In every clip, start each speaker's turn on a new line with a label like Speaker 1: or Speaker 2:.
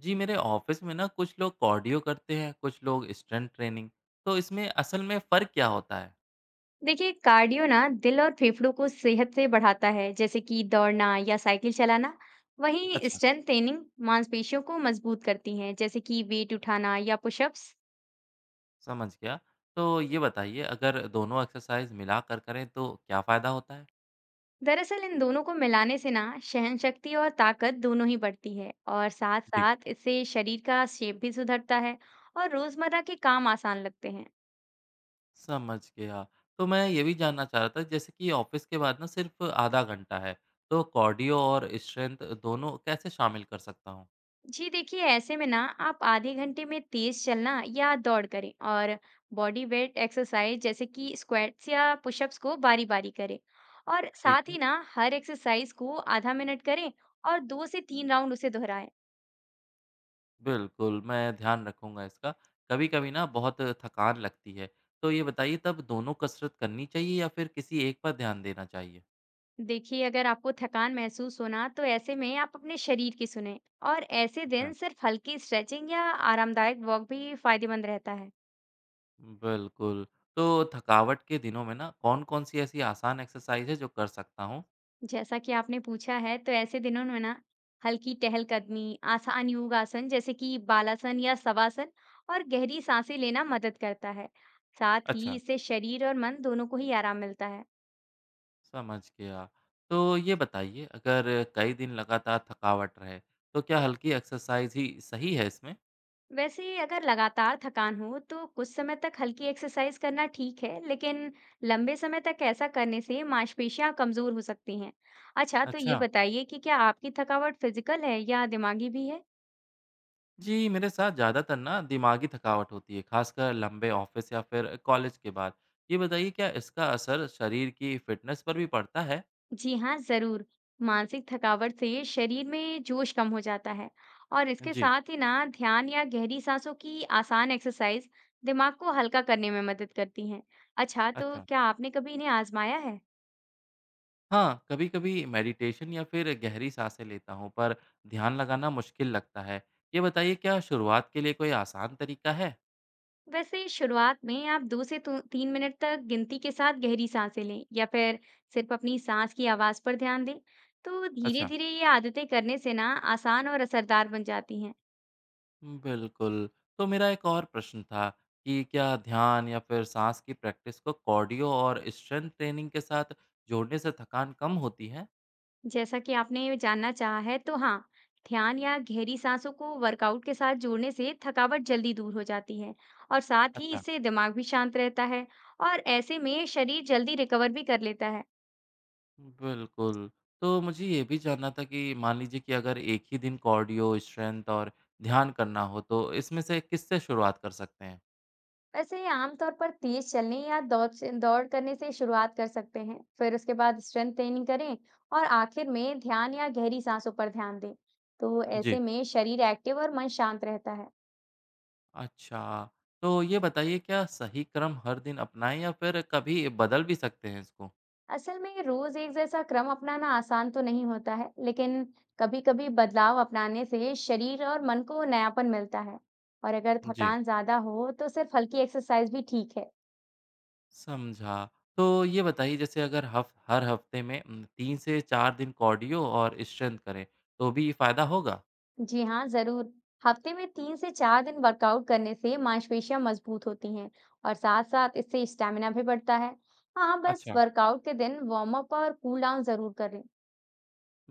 Speaker 1: जी मेरे ऑफिस में ना कुछ लोग कार्डियो करते हैं, कुछ लोग स्ट्रेंथ ट्रेनिंग। तो इसमें असल में फ़र्क क्या होता है?
Speaker 2: देखिए, कार्डियो ना दिल और फेफड़ों को सेहत से बढ़ाता है, जैसे कि दौड़ना या साइकिल चलाना। वहीं
Speaker 1: अच्छा।
Speaker 2: स्ट्रेंथ ट्रेनिंग मांसपेशियों को मजबूत करती है, जैसे कि वेट उठाना या पुशअप्स।
Speaker 1: समझ गया। तो ये बताइए अगर दोनों एक्सरसाइज मिला कर करें तो क्या फ़ायदा होता है?
Speaker 2: दरअसल इन दोनों को मिलाने से ना सहन शक्ति और ताकत दोनों ही बढ़ती है, और साथ
Speaker 1: जी।
Speaker 2: साथ इससे शरीर का शेप भी सुधरता है और रोजमर्रा के काम आसान लगते हैं।
Speaker 1: समझ गया। तो मैं ये भी जानना चाह रहा था, जैसे कि ऑफिस के बाद ना सिर्फ आधा घंटा है, तो कार्डियो और स्ट्रेंथ दोनों कैसे शामिल कर सकता हूँ?
Speaker 2: जी देखिए, ऐसे में ना आप आधे घंटे में तेज चलना या दौड़ करें और बॉडी वेट एक्सरसाइज जैसे कि स्क्वाट्स या पुशअप्स को बारी बारी करें। और
Speaker 1: ठीक
Speaker 2: साथ
Speaker 1: है।
Speaker 2: ही ना हर एक्सरसाइज को आधा मिनट करें और 2 से 3 राउंड उसे दोहराएं।
Speaker 1: बिल्कुल, मैं ध्यान रखूँगा इसका। कभी-कभी ना बहुत थकान लगती है, तो ये बताइए तब दोनों कसरत करनी चाहिए या फिर किसी एक पर ध्यान देना चाहिए?
Speaker 2: देखिए, अगर आपको थकान महसूस होना तो ऐसे में आप अपने शरीर की सुने और ऐसे
Speaker 1: अच्छा।
Speaker 2: दिन सिर्फ हल्की स्ट्रेचिंग या आरामदायक वॉक भी फायदेमंद रहता है।
Speaker 1: बिल्कुल, तो थकावट के दिनों में ना कौन-कौन सी ऐसी आसान एक्सरसाइज़ है जो कर सकता हूँ?
Speaker 2: जैसा कि आपने पूछा है, तो ऐसे दिनों में ना हल्की टहलकदमी, आसान योगासन जैसे कि बालासन या शवासन और गहरी सांसें लेना मदद करता है। साथ ही
Speaker 1: अच्छा।
Speaker 2: इससे शरीर और मन दोनों को ही आराम मिलता है।
Speaker 1: समझ गया। तो ये बताइए अगर कई दिन लगातार थकावट रहे, तो क्या हल्की एक्सरसाइज़ ही सही है इसमें?
Speaker 2: वैसे अगर लगातार थकान हो, तो कुछ समय तक हल्की एक्सरसाइज करना ठीक है, लेकिन लंबे समय तक ऐसा करने से मांसपेशियां कमजोर हो सकती हैं। अच्छा, तो ये
Speaker 1: अच्छा।
Speaker 2: बताइए कि क्या आपकी थकावट फिजिकल है या दिमागी भी है?
Speaker 1: जी, मेरे साथ ज़्यादातर ना दिमागी थकावट होती है, खासकर लंबे ऑफ़िस या फिर कॉलेज के बाद। ये बताइए क्या इसका असर शरीर की फ़िटनेस पर भी पड़ता है?
Speaker 2: जी हाँ, ज़रूर। मानसिक थकावट से शरीर में जोश कम हो जाता है और इसके
Speaker 1: जी,
Speaker 2: साथ ही ना ध्यान या गहरी सांसों की आसान एक्सरसाइज दिमाग को हल्का करने में मदद करती हैं। अच्छा, तो
Speaker 1: अच्छा।
Speaker 2: क्या आपने कभी इन्हें आजमाया है?
Speaker 1: हाँ, कभी-कभी मेडिटेशन या फिर गहरी साँसें लेता हूँ, पर ध्यान लगाना मुश्किल लगता है। ये बताइए क्या शुरुआत के लिए कोई आसान तरीका है?
Speaker 2: वैसे शुरुआत में आप 2 से 3 मिनट तक गिनती के साथ गहरी सांसें लें या फिर सिर्फ अपनी सांस की आवाज़ पर ध्यान दें। तो
Speaker 1: अच्छा।
Speaker 2: धीरे-धीरे ये आदतें करने से ना आसान और असरदार बन जाती हैं।
Speaker 1: बिल्कुल। तो मेरा एक और प्रश्न था कि क्या ध्यान या फिर साँस की प्रैक्टिस को कार्डियो और स्ट्रेंथ ट्रेनिंग के साथ जोड़ने से थकान कम होती है?
Speaker 2: जैसा कि आपने जानना चाहा है तो हाँ, ध्यान या गहरी सांसों को वर्कआउट के साथ जोड़ने से थकावट जल्दी दूर हो जाती है और साथ ही
Speaker 1: अच्छा।
Speaker 2: इससे दिमाग भी शांत रहता है और ऐसे में शरीर जल्दी रिकवर भी कर लेता है।
Speaker 1: बिल्कुल। तो मुझे ये भी जानना था कि मान लीजिए कि अगर एक ही दिन कार्डियो, स्ट्रेंथ और ध्यान करना हो तो इसमें से किससे शुरुआत कर सकते हैं?
Speaker 2: वैसे आमतौर पर तेज चलने या दौड़ करने से शुरुआत कर सकते हैं, फिर उसके बाद स्ट्रेंथ ट्रेनिंग करें और आखिर में ध्यान या गहरी सांसों पर ध्यान दें। तो
Speaker 1: जी।
Speaker 2: ऐसे में शरीर एक्टिव और मन शांत रहता है।
Speaker 1: अच्छा। तो ये बताइए क्या सही क्रम हर दिन अपनाएँ या फिर कभी बदल भी सकते हैं इसको?
Speaker 2: असल में रोज एक जैसा क्रम अपनाना आसान तो नहीं होता है, लेकिन कभी-कभी बदलाव अपनाने से शरीर और मन को नयापन मिलता है। और अगर
Speaker 1: जी।
Speaker 2: थकान ज्यादा हो, तो सिर्फ हल्की एक्सरसाइज भी ठीक है।
Speaker 1: समझा। तो ये बताइए जैसे अगर हफ़ हर हफ़्ते में 3 से 4 दिन कार्डियो और स्ट्रेंथ करें तो भी फ़ायदा होगा?
Speaker 2: जी हाँ, जरूर। हफ्ते में 3 से 4 दिन वर्कआउट करने से मांसपेशियां मजबूत होती हैं और साथ-साथ इससे स्टेमिना भी बढ़ता है। हाँ, बस
Speaker 1: अच्छा।
Speaker 2: वर्कआउट के दिन वार्म अप और कूल डाउन जरूर करें।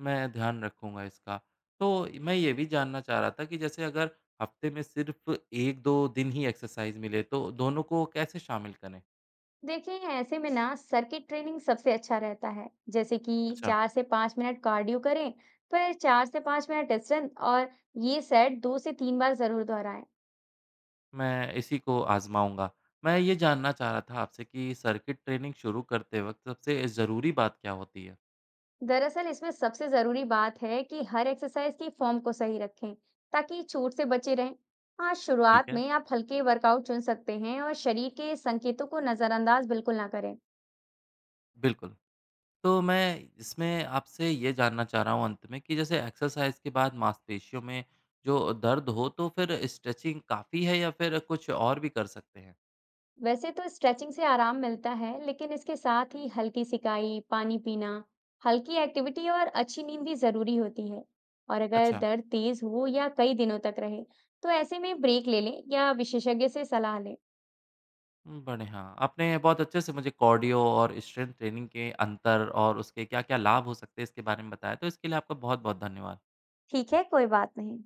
Speaker 1: मैं ध्यान रखूँगा इसका। तो मैं ये भी जानना चाह रहा था कि जैसे अगर हफ़्ते में सिर्फ़ 1-2 दिन ही एक्सरसाइज़ मिले तो दोनों को कैसे शामिल करें?
Speaker 2: देखिए, ऐसे में ना सर्किट ट्रेनिंग सबसे अच्छा रहता है, जैसे कि
Speaker 1: अच्छा,
Speaker 2: 4 से 5 मिनट कार्डियो करें, फिर 4 से 5 मिनट स्ट्रेंथ, और ये सेट 2 से 3 बार जरूर दोहराएं।
Speaker 1: मैं इसी को आज़माऊँगा। मैं ये जानना चाह रहा था आपसे कि सर्किट ट्रेनिंग शुरू करते वक़्त सबसे ज़रूरी बात क्या होती है?
Speaker 2: दरअसल इसमें सबसे जरूरी बात है कि हर एक्सरसाइज की फॉर्म को सही रखें, ताकि चोट से बचे रहें। हाँ,
Speaker 1: ठीक
Speaker 2: शुरुआत
Speaker 1: है,
Speaker 2: में आप हल्के वर्कआउट चुन सकते हैं और शरीर के संकेतों को नजरअंदाज बिल्कुल ना करें।
Speaker 1: बिल्कुल। तो मैं इसमें आपसे ये जानना चाह रहा हूँ अंत में कि जैसे एक्सरसाइज़ के बाद मांसपेशियों में जो दर्द हो तो फिर स्ट्रेचिंग काफ़ी है या फिर कुछ और भी कर सकते हैं?
Speaker 2: वैसे तो स्ट्रेचिंग से आराम मिलता है, लेकिन इसके साथ ही हल्की सिकाई, पानी पीना, हल्की एक्टिविटी और अच्छी नींद भी जरूरी होती है। और अगर
Speaker 1: अच्छा।
Speaker 2: दर्द तेज हो या कई दिनों तक रहे, तो ऐसे में ब्रेक ले लें या विशेषज्ञ से सलाह लें।
Speaker 1: हुँ, बढ़िया। आपने बहुत अच्छे से मुझे कार्डियो और स्ट्रेंथ ट्रेनिंग के अंतर और उसके क्या-क्या लाभ हो सकते हैं इसके बारे में बताया, तो इसके लिए आपका बहुत-बहुत धन्यवाद।
Speaker 2: ठीक है, कोई बात नहीं।